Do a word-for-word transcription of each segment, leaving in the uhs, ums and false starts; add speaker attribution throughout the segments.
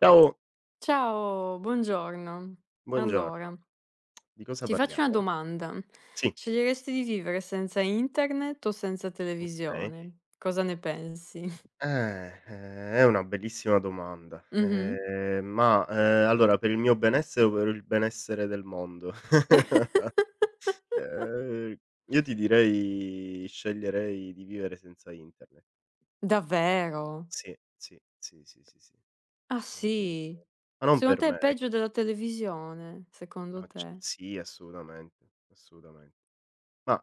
Speaker 1: Ciao,
Speaker 2: Ciao, buongiorno.
Speaker 1: buongiorno.
Speaker 2: Allora,
Speaker 1: Di cosa
Speaker 2: ti faccio una
Speaker 1: parliamo?
Speaker 2: domanda.
Speaker 1: Sì,
Speaker 2: Sceglieresti di vivere senza internet o senza
Speaker 1: okay.
Speaker 2: televisione? Cosa ne pensi?
Speaker 1: Eh, ehm, è una bellissima domanda,
Speaker 2: Mh-mh.
Speaker 1: ehm, ma, ehm, allora per il mio benessere o per il benessere del mondo? Ehm, io ti direi sceglierei di vivere senza internet.
Speaker 2: Davvero?
Speaker 1: Sì, sì, sì, sì, sì, sì.
Speaker 2: Ah
Speaker 1: Ehm,
Speaker 2: sì?
Speaker 1: ma non
Speaker 2: Secondo
Speaker 1: per
Speaker 2: te è
Speaker 1: me,
Speaker 2: peggio
Speaker 1: ecco.
Speaker 2: della televisione?
Speaker 1: Ma
Speaker 2: Secondo
Speaker 1: c
Speaker 2: te?
Speaker 1: sì assolutamente, assolutamen Ma,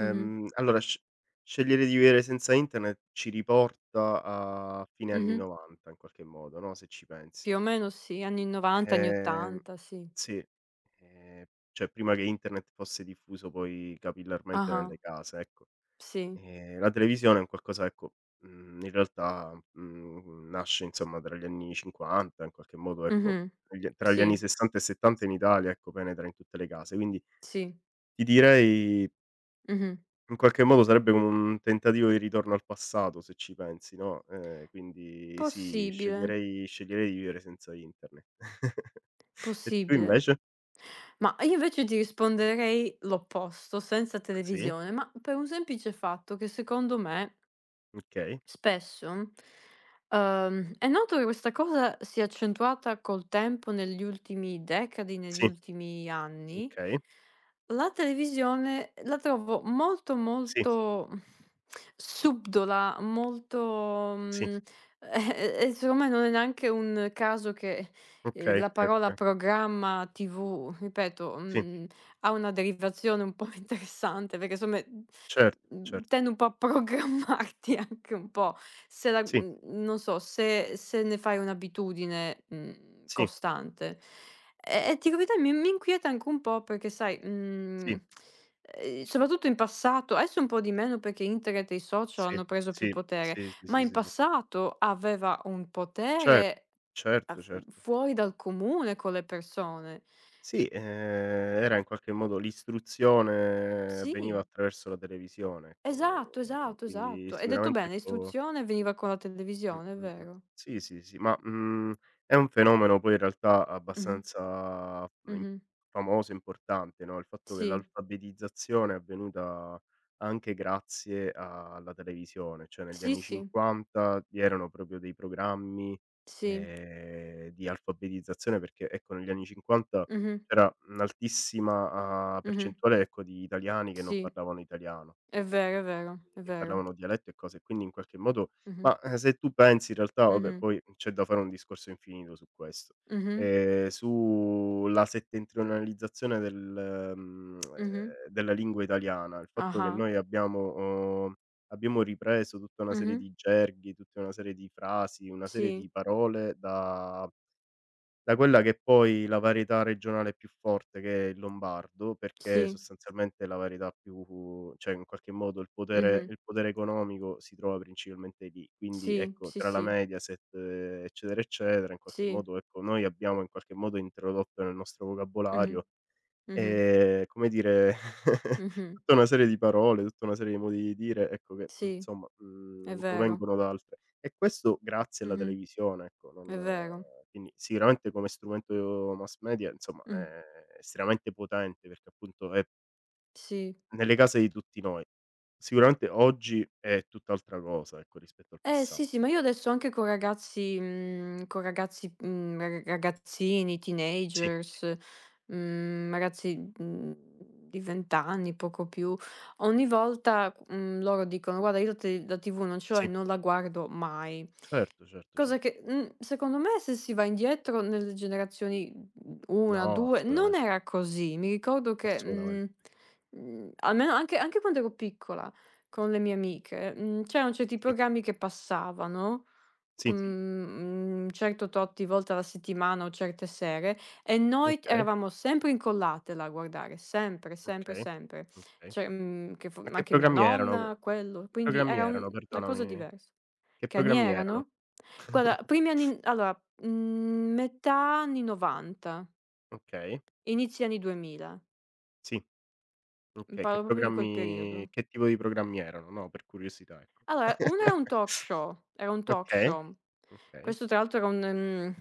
Speaker 2: Mh-mh,
Speaker 1: allora sc scegliere di vivere senza internet ci riporta a fine anni
Speaker 2: mh-mh.
Speaker 1: 'novanta in qualche modo, no, se ci pensi.
Speaker 2: Più o meno sì, anni 'novanta, anni
Speaker 1: Ehm
Speaker 2: 'ottanta, sì.
Speaker 1: sì, ehm, cioè prima che internet fosse diffuso poi capillarmente
Speaker 2: Ah-ah,
Speaker 1: nelle case, ecco.
Speaker 2: sì.
Speaker 1: Ehm, la televisione è un qualcosa, ecco, mhmm, in realtà, mhmm, nasce insomma tra gli anni 'cinquanta, in qualche modo ecco,
Speaker 2: Mh-mh.
Speaker 1: tra gli tra gli
Speaker 2: Sì,
Speaker 1: anni 'sessanta e 'settanta in Italia, ecco, penetra in tutte le case. Quindi
Speaker 2: sì.
Speaker 1: ti direi,
Speaker 2: Mh-mh.
Speaker 1: in qualche modo sarebbe come un tentativo di ritorno al passato, se ci pensi, no, ehm, quindi sì,
Speaker 2: Possibile,
Speaker 1: sceglierei sceglierei di vivere senza internet. E tu
Speaker 2: possibile.
Speaker 1: invece?
Speaker 2: Ma io invece ti risponderei l'opposto, senza
Speaker 1: Sì,
Speaker 2: televisione, ma per un semplice fatto che secondo me
Speaker 1: okay.
Speaker 2: spesso, ehm, è noto che questa cosa si è accentuata col tempo negli ultimi decadi, negli
Speaker 1: Sì,
Speaker 2: ultimi anni.
Speaker 1: okay.
Speaker 2: La televisione la trovo molto,
Speaker 1: Sì,
Speaker 2: molto subdola, molto,
Speaker 1: sì,
Speaker 2: mhmm, e e secondo me non è neanche un caso che, ehm,
Speaker 1: okay,
Speaker 2: la
Speaker 1: okay,
Speaker 2: parola
Speaker 1: okay.
Speaker 2: programma tivù, ripeto,
Speaker 1: Sì,
Speaker 2: mhmm, ha una derivazione un po' interessante perché insomma, mhmm,
Speaker 1: certo,
Speaker 2: mhmm,
Speaker 1: certo.
Speaker 2: tendi un po' a programmarti anche un po'. Se la
Speaker 1: Sì,
Speaker 2: mhmm, non so, se se ne fai un'abitudine, mhmm,
Speaker 1: sì,
Speaker 2: costante. E e ti dico la verità mi mi inquieta anche un po' perché sai, mhmm,
Speaker 1: sì,
Speaker 2: ehm, soprattutto in passato, adesso un po' di meno perché internet e i social
Speaker 1: sì,
Speaker 2: hanno preso più
Speaker 1: sì,
Speaker 2: potere,
Speaker 1: sì, sì,
Speaker 2: ma
Speaker 1: sì,
Speaker 2: in
Speaker 1: sì, sì.
Speaker 2: passato aveva un
Speaker 1: Cer
Speaker 2: potere a
Speaker 1: certo,
Speaker 2: f
Speaker 1: certo.
Speaker 2: fuori dal comune con le persone.
Speaker 1: Sì, ehm, era in qualche modo, l'istruzione veniva
Speaker 2: Sì.
Speaker 1: attraverso la televisione, ecco,
Speaker 2: Esatto, esatto,
Speaker 1: quindi
Speaker 2: esatto. Hai detto
Speaker 1: sicuramente,
Speaker 2: bene,
Speaker 1: ecco.
Speaker 2: istruzione veniva con la
Speaker 1: Mh,
Speaker 2: televisione, è
Speaker 1: mh, mh.
Speaker 2: vero.
Speaker 1: Sì, sì, sì, ma, mhmm, è un fenomeno poi in realtà
Speaker 2: Mh-mh,
Speaker 1: abbastanza im
Speaker 2: mh-mh.
Speaker 1: famoso, importante, no, il fatto che
Speaker 2: Sì,
Speaker 1: l'alfabetizzazione è avvenuta anche grazie alla televisione, cioè negli
Speaker 2: sì,
Speaker 1: anni
Speaker 2: sì,
Speaker 1: 'cinquanta vi erano proprio dei programmi,
Speaker 2: sì,
Speaker 1: ehm, di alfabetizzazione, perché, ecco, negli anni 'cinquanta
Speaker 2: mh-mh,
Speaker 1: c'era un'altissima, uhm,
Speaker 2: mh-mh,
Speaker 1: percentuale, ecco, di italiani che non
Speaker 2: sì,
Speaker 1: parlavano italiano,
Speaker 2: è vero, è vero, è
Speaker 1: che
Speaker 2: vero.
Speaker 1: parlavano dialetto e cose, quindi in qualche modo.
Speaker 2: Mh-mh,
Speaker 1: Ma, ehm, se tu pensi, in realtà vabbè
Speaker 2: mh-mh,
Speaker 1: poi c'è da fare un discorso infinito su questo,
Speaker 2: mh-mh,
Speaker 1: ehm, sulla settentrionalizzazione del, mhmm, ehm,
Speaker 2: mh-mh,
Speaker 1: eh, della lingua italiana, il fatto che
Speaker 2: ah-ah,
Speaker 1: noi abbiamo, uhm, abbiamo ripreso tutta una serie
Speaker 2: mh-mh,
Speaker 1: di gerghi, tutta una serie di frasi, una serie
Speaker 2: sì,
Speaker 1: di parole da da quella che è poi la varietà regionale più forte, che è il lombardo, perché
Speaker 2: sì,
Speaker 1: sostanzialmente la varietà più, cioè in qualche modo il potere
Speaker 2: mh-mh,
Speaker 1: il potere economico si trova principalmente lì. Quindi
Speaker 2: sì,
Speaker 1: ecco,
Speaker 2: sì,
Speaker 1: tra la
Speaker 2: sì,
Speaker 1: Mediaset, eh, eccetera, eccetera, in qualche
Speaker 2: sì,
Speaker 1: modo ecco, noi abbiamo in qualche modo introdotto nel nostro
Speaker 2: mh-mh,
Speaker 1: vocabolario,
Speaker 2: mh-mh,
Speaker 1: Ehm, come dire,
Speaker 2: mh-mh,
Speaker 1: tutta una serie di parole, tutta una serie di modi di dire, ecco, che mhmm,
Speaker 2: sì,
Speaker 1: insomma,
Speaker 2: è
Speaker 1: mhmm,
Speaker 2: vero,
Speaker 1: provengono da altre. E questo grazie alla
Speaker 2: mh-mh,
Speaker 1: televisione, ecco, non
Speaker 2: è vero,
Speaker 1: eh, quindi sicuramente come strumento mass media, insomma,
Speaker 2: mh,
Speaker 1: è estremamente potente perché appunto è
Speaker 2: sì.
Speaker 1: nelle case di tutti noi. Sicuramente oggi è tutt'altra cosa, ecco, rispetto al
Speaker 2: Eh
Speaker 1: passato.
Speaker 2: sì, sì, ma io adesso anche con ragazzi mhmm, con ragazzi mhmm, ra ragazzini,
Speaker 1: Sì,
Speaker 2: teenagers, mhmm, ragazzi, mhmm, di venti anni, poco più, ogni volta, mhmm, loro dicono: "Guarda io la te la tivù non ce l'ho e
Speaker 1: sì,
Speaker 2: non la guardo mai".
Speaker 1: certo, certo,
Speaker 2: Cosa
Speaker 1: certo.
Speaker 2: che, mhmm, secondo me se si va indietro nelle generazioni, mhmm, una,
Speaker 1: No,
Speaker 2: due, non
Speaker 1: assolutamente.
Speaker 2: era così. Mi ricordo che,
Speaker 1: Assolutamen
Speaker 2: mhmm, mhmm, almeno anche anche quando ero piccola con le mie amiche, mhmm, c'erano certi
Speaker 1: Sì,
Speaker 2: programmi che passavano. Sì.
Speaker 1: sì,
Speaker 2: mhmm, un certo tot di volte alla settimana o certe sere, e noi t
Speaker 1: okay,
Speaker 2: eravamo sempre incollate là a guardare, sempre, sempre,
Speaker 1: okay,
Speaker 2: sempre.
Speaker 1: okay.
Speaker 2: Cioè, mhmm, che fo
Speaker 1: Ma che
Speaker 2: anche mia
Speaker 1: programmi erano? Che
Speaker 2: nonna, quello, quindi
Speaker 1: programmi
Speaker 2: era un
Speaker 1: erano?
Speaker 2: una cosa
Speaker 1: Perdonami.
Speaker 2: diversa.
Speaker 1: Che programmi
Speaker 2: Caniera,
Speaker 1: erano?
Speaker 2: no? Guarda, primi anni allora, mhmm, metà anni 'novanta,
Speaker 1: Okay,
Speaker 2: inizi anni duemila.
Speaker 1: sì,
Speaker 2: Mhmm,
Speaker 1: okay. Che
Speaker 2: Parlo proprio di quel
Speaker 1: programmi
Speaker 2: periodo.
Speaker 1: che tipo di programmi erano? No, per curiosità, ecco.
Speaker 2: Allora, uno era un talk show, era un talk
Speaker 1: Okay,
Speaker 2: show.
Speaker 1: okay.
Speaker 2: Questo tra l'altro era un mhmm,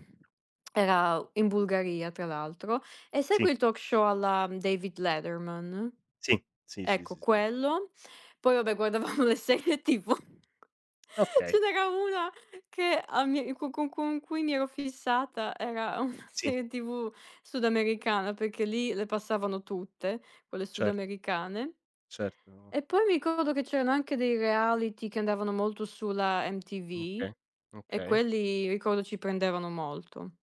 Speaker 2: era in Bulgaria tra l'altro. E sai
Speaker 1: Sì,
Speaker 2: quei talk show alla David Letterman?
Speaker 1: sì, sì, sì,
Speaker 2: Ecco
Speaker 1: sì, sì.
Speaker 2: quello. Poi vabbè guardavamo le serie tivù. Ce
Speaker 1: Okay,
Speaker 2: n'era una che a mi co con con cui mi ero fissata, era una
Speaker 1: sì,
Speaker 2: serie tivù sudamericana, perché lì le passavano tutte, quelle
Speaker 1: certo,
Speaker 2: sudamericane.
Speaker 1: certo.
Speaker 2: E poi mi ricordo che c'erano anche dei reality che andavano molto sulla M T V,
Speaker 1: Okay,
Speaker 2: e
Speaker 1: okay.
Speaker 2: quelli ricordo ci prendevano molto.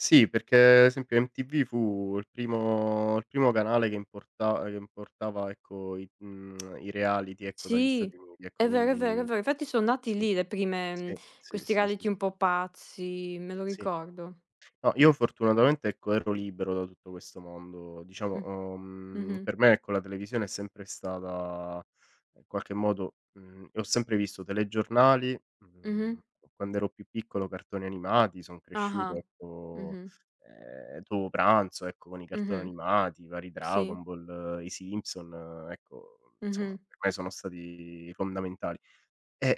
Speaker 1: Sì, perché ad esempio M T V fu il primo il primo canale che importa che importava, ecco, i mhmm, i reality, ecco, dagli Stati
Speaker 2: Sì,
Speaker 1: Uniti, ecco,
Speaker 2: è vero, è vero, è
Speaker 1: quindi
Speaker 2: vero. Infatti son nati
Speaker 1: sì.
Speaker 2: lì le prime, mhmm,
Speaker 1: Sì, sì,
Speaker 2: questi
Speaker 1: sì, sì,
Speaker 2: reality un po' pazzi, me lo
Speaker 1: sì.
Speaker 2: ricordo.
Speaker 1: No, io fortunatamente, ecco, ero libero da tutto questo mondo. Diciamo,
Speaker 2: Mh.
Speaker 1: uhm,
Speaker 2: Mh-mh.
Speaker 1: per me, ecco, la televisione è sempre stata in qualche modo, mhmm, ho sempre visto telegiornali,
Speaker 2: Mh-mh.
Speaker 1: mhmm, quando ero più piccolo cartoni animati, son cresciuto,
Speaker 2: Ah-ah.
Speaker 1: ecco,
Speaker 2: Mh-mh.
Speaker 1: ehm, dopo pranzo, ecco, con i cartoni
Speaker 2: Mh-mh.
Speaker 1: animati, i vari
Speaker 2: Sì.
Speaker 1: Dragon Ball, eh, i Simpson, eh, ecco, insomma,
Speaker 2: Mh-mh.
Speaker 1: per me sono stati fondamentali. Eh,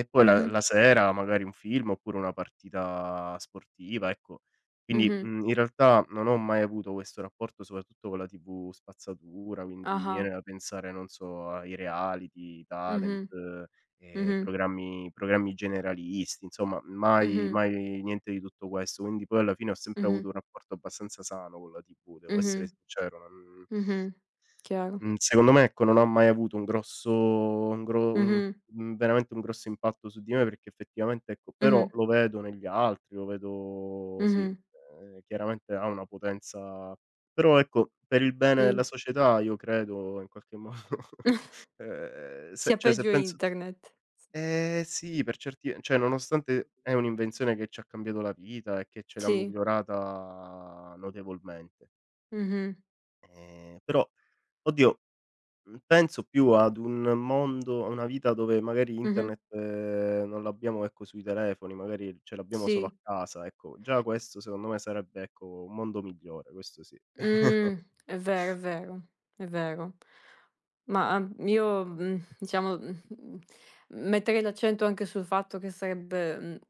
Speaker 1: ehm, poi la
Speaker 2: Mh-mh.
Speaker 1: la sera magari un film, oppure una partita sportiva, ecco. Quindi,
Speaker 2: Mh-mh.
Speaker 1: mhmm, in realtà non ho mai avuto questo rapporto, soprattutto con la T V spazzatura, quindi mi
Speaker 2: Ah-ah.
Speaker 1: viene da pensare, non so, ai reality, i talent,
Speaker 2: Mh-mh.
Speaker 1: ehm,
Speaker 2: Mh-mh.
Speaker 1: programmi programmi generalisti, insomma mai
Speaker 2: Mh-mh.
Speaker 1: mai niente di tutto questo. Quindi poi alla fine ho sempre avuto
Speaker 2: Mh-mh.
Speaker 1: un rapporto abbastanza sano con la tivù, devo essere
Speaker 2: Mh-mh.
Speaker 1: sincero, non.
Speaker 2: Mh-mh. Chiaro.
Speaker 1: Mhmm, secondo me, ecco, non ha mai avuto un grosso un gro un
Speaker 2: Mh-mh.
Speaker 1: mhmm, veramente un grosso impatto su di me, perché effettivamente, ecco, però
Speaker 2: Mh-mh.
Speaker 1: lo vedo negli altri, lo vedo sì,
Speaker 2: Mh-mh.
Speaker 1: ehm, chiaramente ha una potenza, però ecco, per il bene della
Speaker 2: Sì.
Speaker 1: società io credo in qualche modo, ehm, se
Speaker 2: Sia
Speaker 1: cioè se
Speaker 2: peggio
Speaker 1: penso,
Speaker 2: internet.
Speaker 1: eh sì, per certi ve cioè nonostante è un'invenzione che ci ha cambiato la vita e che ce l'ha
Speaker 2: Sì.
Speaker 1: migliorata notevolmente.
Speaker 2: Mh-mh.
Speaker 1: Ehm, però oddio, Mhmm, penso più ad un mondo, a una vita dove magari
Speaker 2: Mh-mh.
Speaker 1: internet ehm, non l'abbiamo, ecco, sui telefoni, magari ce l'abbiamo solo a
Speaker 2: Sì.
Speaker 1: casa, ecco. Già questo secondo me sarebbe, ecco, un mondo migliore, questo sì.
Speaker 2: Mh, è vero, è vero, è vero. Ma, uhm, io, mhmm, diciamo, mhmm, metterei l'accento anche sul fatto che sarebbe, mhmm,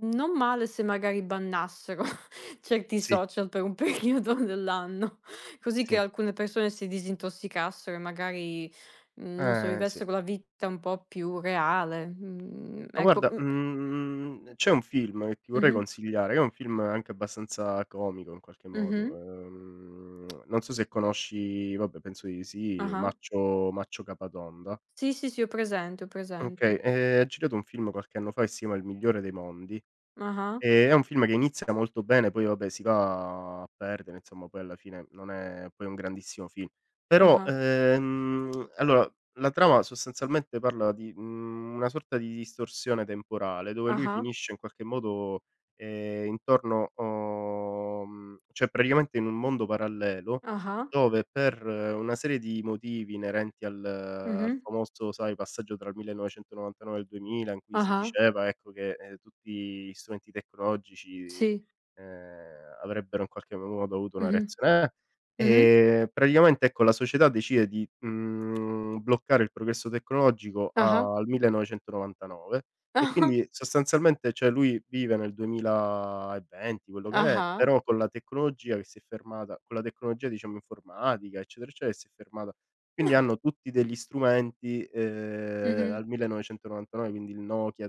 Speaker 2: mhmm, non male se magari bannassero certi
Speaker 1: Sì,
Speaker 2: social per un periodo dell'anno, così che
Speaker 1: sì,
Speaker 2: alcune persone si disintossicassero e magari, mhmm, non so,
Speaker 1: eh, sì.
Speaker 2: vivessero la vita un po' più reale. Mhmm,
Speaker 1: Ma
Speaker 2: ecco,
Speaker 1: guarda,
Speaker 2: mh,
Speaker 1: mhmm, c'è un film che ti vorrei
Speaker 2: mh-mh,
Speaker 1: consigliare, che è un film anche abbastanza comico in qualche modo,
Speaker 2: mh-mh,
Speaker 1: ehm, non so se conosci, vabbè penso di sì,
Speaker 2: ah-ah.
Speaker 1: Maccio Maccio Capatonda.
Speaker 2: Sì, sì, sì, ho presente, ho
Speaker 1: Okay,
Speaker 2: presente.
Speaker 1: ehm, ha girato un film qualche anno fa, che si chiama Il migliore dei mondi.
Speaker 2: Ah-ah,
Speaker 1: Ehm, è un film che inizia molto bene, poi vabbè si va a perdere, insomma poi alla fine non è poi un grandissimo film. Però,
Speaker 2: ah-ah,
Speaker 1: ehm, allora la trama sostanzialmente parla di, mhmm, una sorta di distorsione temporale, dove lui
Speaker 2: ah-ah.
Speaker 1: finisce in qualche modo, ehm, intorno, uhm, cioè praticamente in un mondo parallelo,
Speaker 2: Ah-ah.
Speaker 1: dove per eh, una serie di motivi inerenti al al
Speaker 2: Mh-mh.
Speaker 1: famoso, sai, passaggio tra il millenovecentonovantanove e il duemila, in cui si
Speaker 2: Ah-ah.
Speaker 1: diceva, ecco, che, ehm, tutti gli strumenti tecnologici,
Speaker 2: Sì.
Speaker 1: ehm, avrebbero in qualche modo avuto una
Speaker 2: Mh-mh.
Speaker 1: reazione,
Speaker 2: Mh-mh.
Speaker 1: eh, ehm, praticamente, ecco, la società decide di, mhmm, bloccare il progresso tecnologico
Speaker 2: Ah-ah.
Speaker 1: al millenovecentonovantanove, e
Speaker 2: Ah-ah.
Speaker 1: quindi sostanzialmente, cioè lui vive nel duemilaventi, quello che è,
Speaker 2: Ah-ah.
Speaker 1: però con la tecnologia che si è fermata, con la tecnologia diciamo informatica, eccetera, eccetera, che si è fermata. Quindi hanno tutti degli strumenti, ehm,
Speaker 2: Mh-mh.
Speaker 1: al millenovecentonovantanove, quindi il Nokia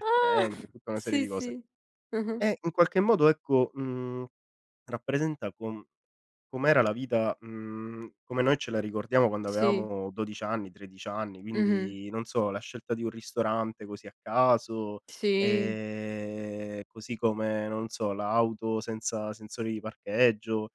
Speaker 2: Ah!
Speaker 1: e tutta una serie
Speaker 2: Sì,
Speaker 1: di cose.
Speaker 2: sì. Mh-mh.
Speaker 1: E in qualche modo ecco, mhmm, rappresenta con com'era la vita, mhmm, come noi ce la ricordiamo quando
Speaker 2: Sì.
Speaker 1: avevamo dodici anni, tredici anni,
Speaker 2: Mh-mh.
Speaker 1: quindi non so, la scelta di un ristorante così a caso,
Speaker 2: Sì.
Speaker 1: ehm, così come, non so, l'auto senza sensori di parcheggio,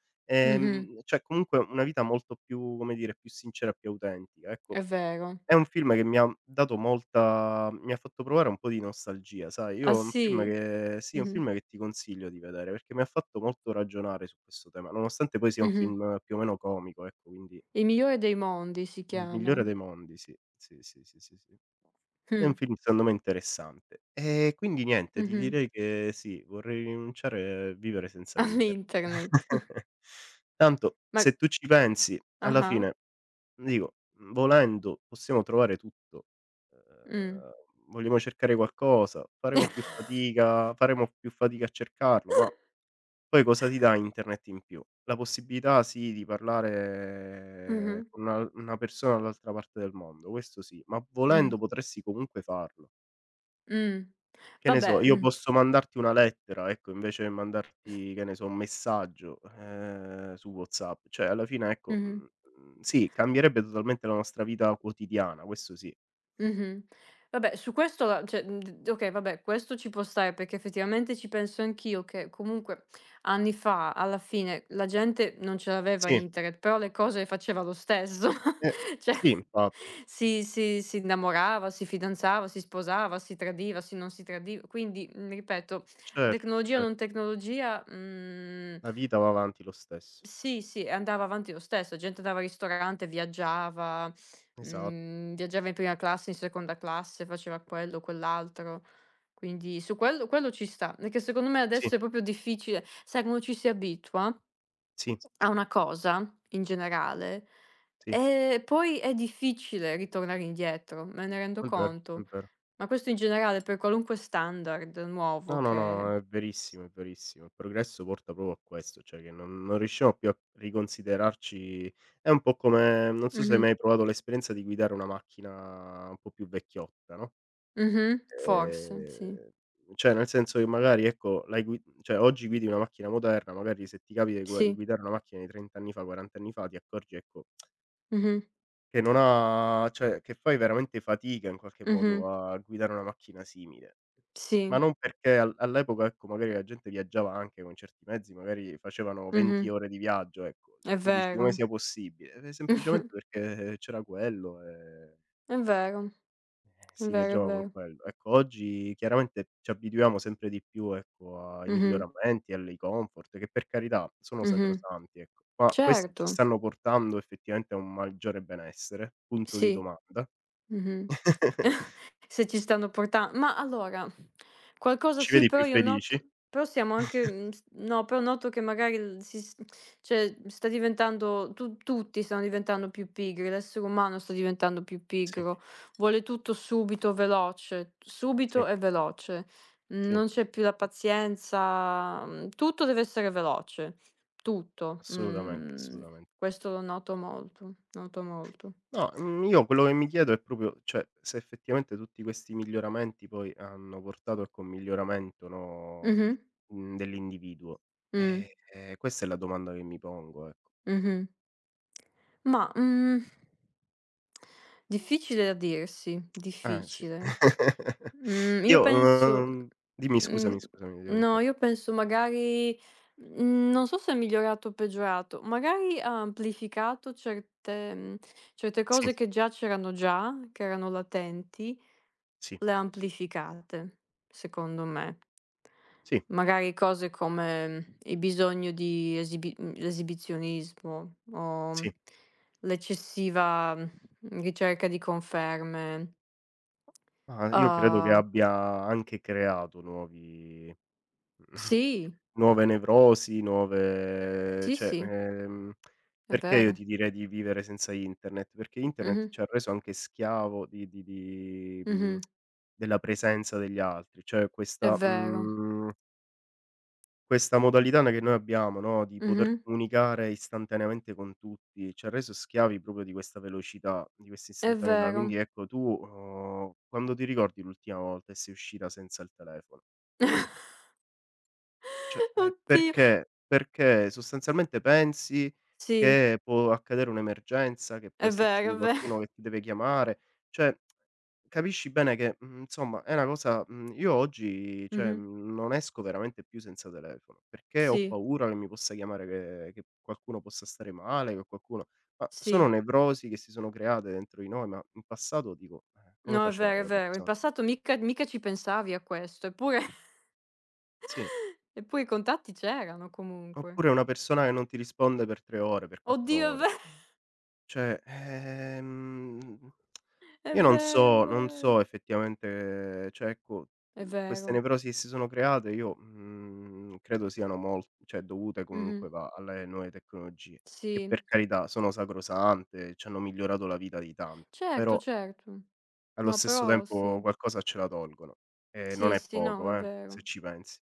Speaker 2: Mh-mh.
Speaker 1: ehm, cioè comunque una vita molto più, come dire, più sincera e più autentica,
Speaker 2: È
Speaker 1: ecco.
Speaker 2: vero.
Speaker 1: È un film che mi ha dato molta mi ha fatto provare un po' di nostalgia, sai,
Speaker 2: Ah
Speaker 1: io un
Speaker 2: sì?
Speaker 1: film che sì, è un
Speaker 2: Mh-mh.
Speaker 1: film che ti consiglio di vedere, perché mi ha fatto molto ragionare su questo tema, nonostante poi sia un
Speaker 2: Mh-mh.
Speaker 1: film più o meno comico, ecco, quindi.
Speaker 2: "Il migliore dei mondi" si
Speaker 1: Il migliore
Speaker 2: chiama.
Speaker 1: dei mondi, sì, sì, sì, sì, sì, sì. È un
Speaker 2: Mh.
Speaker 1: film secondo me interessante. E quindi niente, ti
Speaker 2: Mh-mh.
Speaker 1: direi che sì, vorrei rinunciare a vivere senza internet.
Speaker 2: All'internet.
Speaker 1: Tanto
Speaker 2: Ma
Speaker 1: se tu ci pensi alla
Speaker 2: ah-ah.
Speaker 1: fine, dico, mhmm, volendo possiamo trovare tutto.
Speaker 2: Mh.
Speaker 1: Ehm, vogliamo cercare qualcosa, faremo più fatica faremo più fatica a cercarlo, ma poi cosa ti dà internet in più? La possibilità sì di parlare
Speaker 2: Mh-mh.
Speaker 1: con una una persona dall'altra parte del mondo, questo sì, ma
Speaker 2: Mh.
Speaker 1: volendo potresti comunque farlo.
Speaker 2: Mh.
Speaker 1: Che ne so,
Speaker 2: Vabbè,
Speaker 1: io
Speaker 2: mh.
Speaker 1: posso mandarti una lettera, ecco, invece che mandarti, che ne so, un messaggio, ehm, su WhatsApp. Cioè alla fine ecco,
Speaker 2: Mh-mh.
Speaker 1: mhmm, mhmm, sì, cambierebbe totalmente la nostra vita quotidiana, questo sì.
Speaker 2: Mh-mh. Vabbè, su questo la cioè, mhmm, d okay, vabbè, questo ci può stare, perché effettivamente ci penso anch'io che comunque anni fa, alla fine, la gente non ce l'aveva
Speaker 1: Sì,
Speaker 2: internet, però le cose le faceva lo stesso.
Speaker 1: eh,
Speaker 2: Cioè,
Speaker 1: sì infatti.
Speaker 2: si si si innamorava, si fidanzava, si sposava, si tradiva, si non si tradiva. Quindi, mhmm, ripeto,
Speaker 1: Certo,
Speaker 2: tecnologia o
Speaker 1: cer
Speaker 2: non tecnologia, mhmm
Speaker 1: la vita va avanti lo stesso.
Speaker 2: sì, sì, e andava avanti lo stesso, gente andava al ristorante, viaggiava,
Speaker 1: Esatto.
Speaker 2: mhmm, viaggiava in prima classe, in seconda classe, faceva quello, quell'altro. Quindi su quello quello ci sta, perché secondo me
Speaker 1: Sì,
Speaker 2: adesso è proprio difficile, sai quando ci si abitua
Speaker 1: sì,
Speaker 2: a una cosa in generale,
Speaker 1: sì,
Speaker 2: ehm, poi è difficile ritornare indietro, me ne rendo
Speaker 1: è vero, è
Speaker 2: conto.
Speaker 1: vero.
Speaker 2: Ma questo in generale per qualunque standard
Speaker 1: No,
Speaker 2: nuovo
Speaker 1: no,
Speaker 2: che
Speaker 1: no, è verissimo, è verissimo. Il progresso porta proprio a questo, cioè che non non riusciamo più a riconsiderarci. È un po' come, non so se hai
Speaker 2: mh-mh,
Speaker 1: mai provato l'esperienza di guidare una macchina un po' più vecchiotta, no,
Speaker 2: mh-mh, forse sì,
Speaker 1: ehm, cioè nel senso che magari ecco, l'hai gui cioè oggi guidi una macchina moderna, magari se ti capita di gua di
Speaker 2: sì,
Speaker 1: guidare una macchina di trenta anni fa, quaranta anni fa, ti accorgi ecco
Speaker 2: mh-mh,
Speaker 1: che non ha, cioè che fai veramente fatica in qualche modo
Speaker 2: mh-mh.
Speaker 1: a guidare una macchina simile. Ma
Speaker 2: Sì,
Speaker 1: non perché al all'epoca, ecco, magari la gente viaggiava anche con certi mezzi, magari facevano venti
Speaker 2: mh-mh,
Speaker 1: ore di viaggio, ecco.
Speaker 2: è
Speaker 1: Tu dici: "Come
Speaker 2: vero.
Speaker 1: sia possibile?" Eh, semplicemente perché c'era quello, e
Speaker 2: È vero, è
Speaker 1: si
Speaker 2: vero, è
Speaker 1: viaggiava con
Speaker 2: vero.
Speaker 1: quello. Ecco, oggi chiaramente ci abituiamo sempre di più, ecco, ai
Speaker 2: Mh-mh,
Speaker 1: miglioramenti, alle comfort, che per carità sono
Speaker 2: mh-mh.
Speaker 1: sacrosanti, ecco, ma questi ci
Speaker 2: Certo,
Speaker 1: stanno portando effettivamente a un maggiore benessere? Punto di
Speaker 2: sì.
Speaker 1: domanda.
Speaker 2: Mh-mh. Se ci stanno porta ma allora, qualcosa
Speaker 1: Ci
Speaker 2: sì,
Speaker 1: vedi più
Speaker 2: però io noto
Speaker 1: felici?
Speaker 2: però siamo anche mhmm, s no, però noto che magari il si s cioè sta diventando tu tutti stanno diventando più pigri, l'essere umano sta diventando più
Speaker 1: Sì,
Speaker 2: pigro, vuole tutto subito, veloce,
Speaker 1: sì,
Speaker 2: subito e veloce. Mm,
Speaker 1: sì,
Speaker 2: Non c'è più la pazienza, mhmm, tutto deve essere veloce, tutto.
Speaker 1: assolutamente,
Speaker 2: Mhmm,
Speaker 1: assolutamente.
Speaker 2: Questo lo noto molto, noto molto.
Speaker 1: No, mhmm, io quello che mi chiedo è proprio, cioè, se effettivamente tutti questi miglioramenti poi hanno portato ecco, un miglioramento, no,
Speaker 2: Mh-mh,
Speaker 1: mhmm, dell'individuo.
Speaker 2: mh.
Speaker 1: Eh, eh, questa è la domanda che mi pongo, ecco.
Speaker 2: Mh-mh. Ma, mhmm difficile da dirsi,
Speaker 1: Eh, sì.
Speaker 2: difficile. Mhmm, io
Speaker 1: Io,
Speaker 2: penso
Speaker 1: uhm dimmi, scusami,
Speaker 2: mhmm,
Speaker 1: scusami, ti ho
Speaker 2: no,
Speaker 1: interro
Speaker 2: io penso magari, mhmm, non so se è migliorato o peggiorato, magari ha amplificato certe mhmm, certe
Speaker 1: sì,
Speaker 2: cose che già c'erano già, che erano latenti,
Speaker 1: sì,
Speaker 2: le ha amplificate, secondo me.
Speaker 1: sì,
Speaker 2: Magari cose come il bisogno di esibi mhmm, l'esibizionismo o
Speaker 1: sì.
Speaker 2: l'eccessiva, mhmm, ricerca di conferme.
Speaker 1: Ma io credo che
Speaker 2: Uhm,
Speaker 1: abbia anche creato nuovi
Speaker 2: sì,
Speaker 1: Nuove nevrosi, nuove,
Speaker 2: sì,
Speaker 1: cioè,
Speaker 2: sì,
Speaker 1: ehm,
Speaker 2: è
Speaker 1: perché io
Speaker 2: vero.
Speaker 1: ti direi di vivere senza internet? Perché internet
Speaker 2: Mh-mh,
Speaker 1: ci ha reso anche schiavo di di di mhmm,
Speaker 2: mh-mh,
Speaker 1: della presenza degli altri, cioè
Speaker 2: è
Speaker 1: questa,
Speaker 2: vero.
Speaker 1: mhmm, questa modalità n che noi abbiamo, no, di poter
Speaker 2: Mh-mh,
Speaker 1: comunicare istantaneamente con tutti, ci ha reso schiavi proprio di questa velocità, di questa
Speaker 2: è
Speaker 1: istantaneità. Quindi
Speaker 2: vero.
Speaker 1: ecco, tu, uhm, quando ti ricordi l'ultima volta che sei uscita senza il telefono? Cioè, ehm,
Speaker 2: Oddio.
Speaker 1: perché? Perché sostanzialmente pensi
Speaker 2: Sì,
Speaker 1: che può accadere un'emergenza, che può
Speaker 2: è
Speaker 1: esserci
Speaker 2: vero, è vero.
Speaker 1: qualcuno che ti deve chiamare, cioè capisci bene che, mhmm, insomma è una cosa, mhmm, io oggi cioè,
Speaker 2: Mh-mh,
Speaker 1: mhmm, non esco veramente più senza telefono, perché ho
Speaker 2: sì,
Speaker 1: paura che mi possa chiamare, che che qualcuno possa stare male, che qualcuno, ma sono
Speaker 2: sì.
Speaker 1: nevrosi che si sono create dentro di noi, ma in passato dico: "Eh, come
Speaker 2: No, è vero,
Speaker 1: facevano
Speaker 2: è
Speaker 1: le
Speaker 2: vero. In
Speaker 1: persone?"
Speaker 2: passato mica mica ci pensavi a questo, eppure
Speaker 1: Sì,
Speaker 2: eppure i contatti c'erano comunque.
Speaker 1: oppure una persona che non ti risponde per tre ore, per quattro
Speaker 2: Oddio, è ve
Speaker 1: ore. Cioè, ehm,
Speaker 2: è
Speaker 1: io non
Speaker 2: vero, è
Speaker 1: so non so
Speaker 2: vero,
Speaker 1: effettivamente, cioè ecco,
Speaker 2: è
Speaker 1: mhmm, queste
Speaker 2: vero.
Speaker 1: nevrosi che si sono create, io mhmm, credo siano mol cioè dovute
Speaker 2: Mh-mh.
Speaker 1: comunque va alle nuove tecnologie, che
Speaker 2: Sì,
Speaker 1: per carità sono sacrosante, ci hanno migliorato la vita di tanto,
Speaker 2: certo,
Speaker 1: però
Speaker 2: certo.
Speaker 1: allo
Speaker 2: No,
Speaker 1: stesso
Speaker 2: però
Speaker 1: tempo
Speaker 2: sì.
Speaker 1: qualcosa ce la tolgono e non
Speaker 2: Sì,
Speaker 1: è
Speaker 2: sì, no,
Speaker 1: poco,
Speaker 2: è
Speaker 1: eh, se
Speaker 2: vero.
Speaker 1: ci pensi.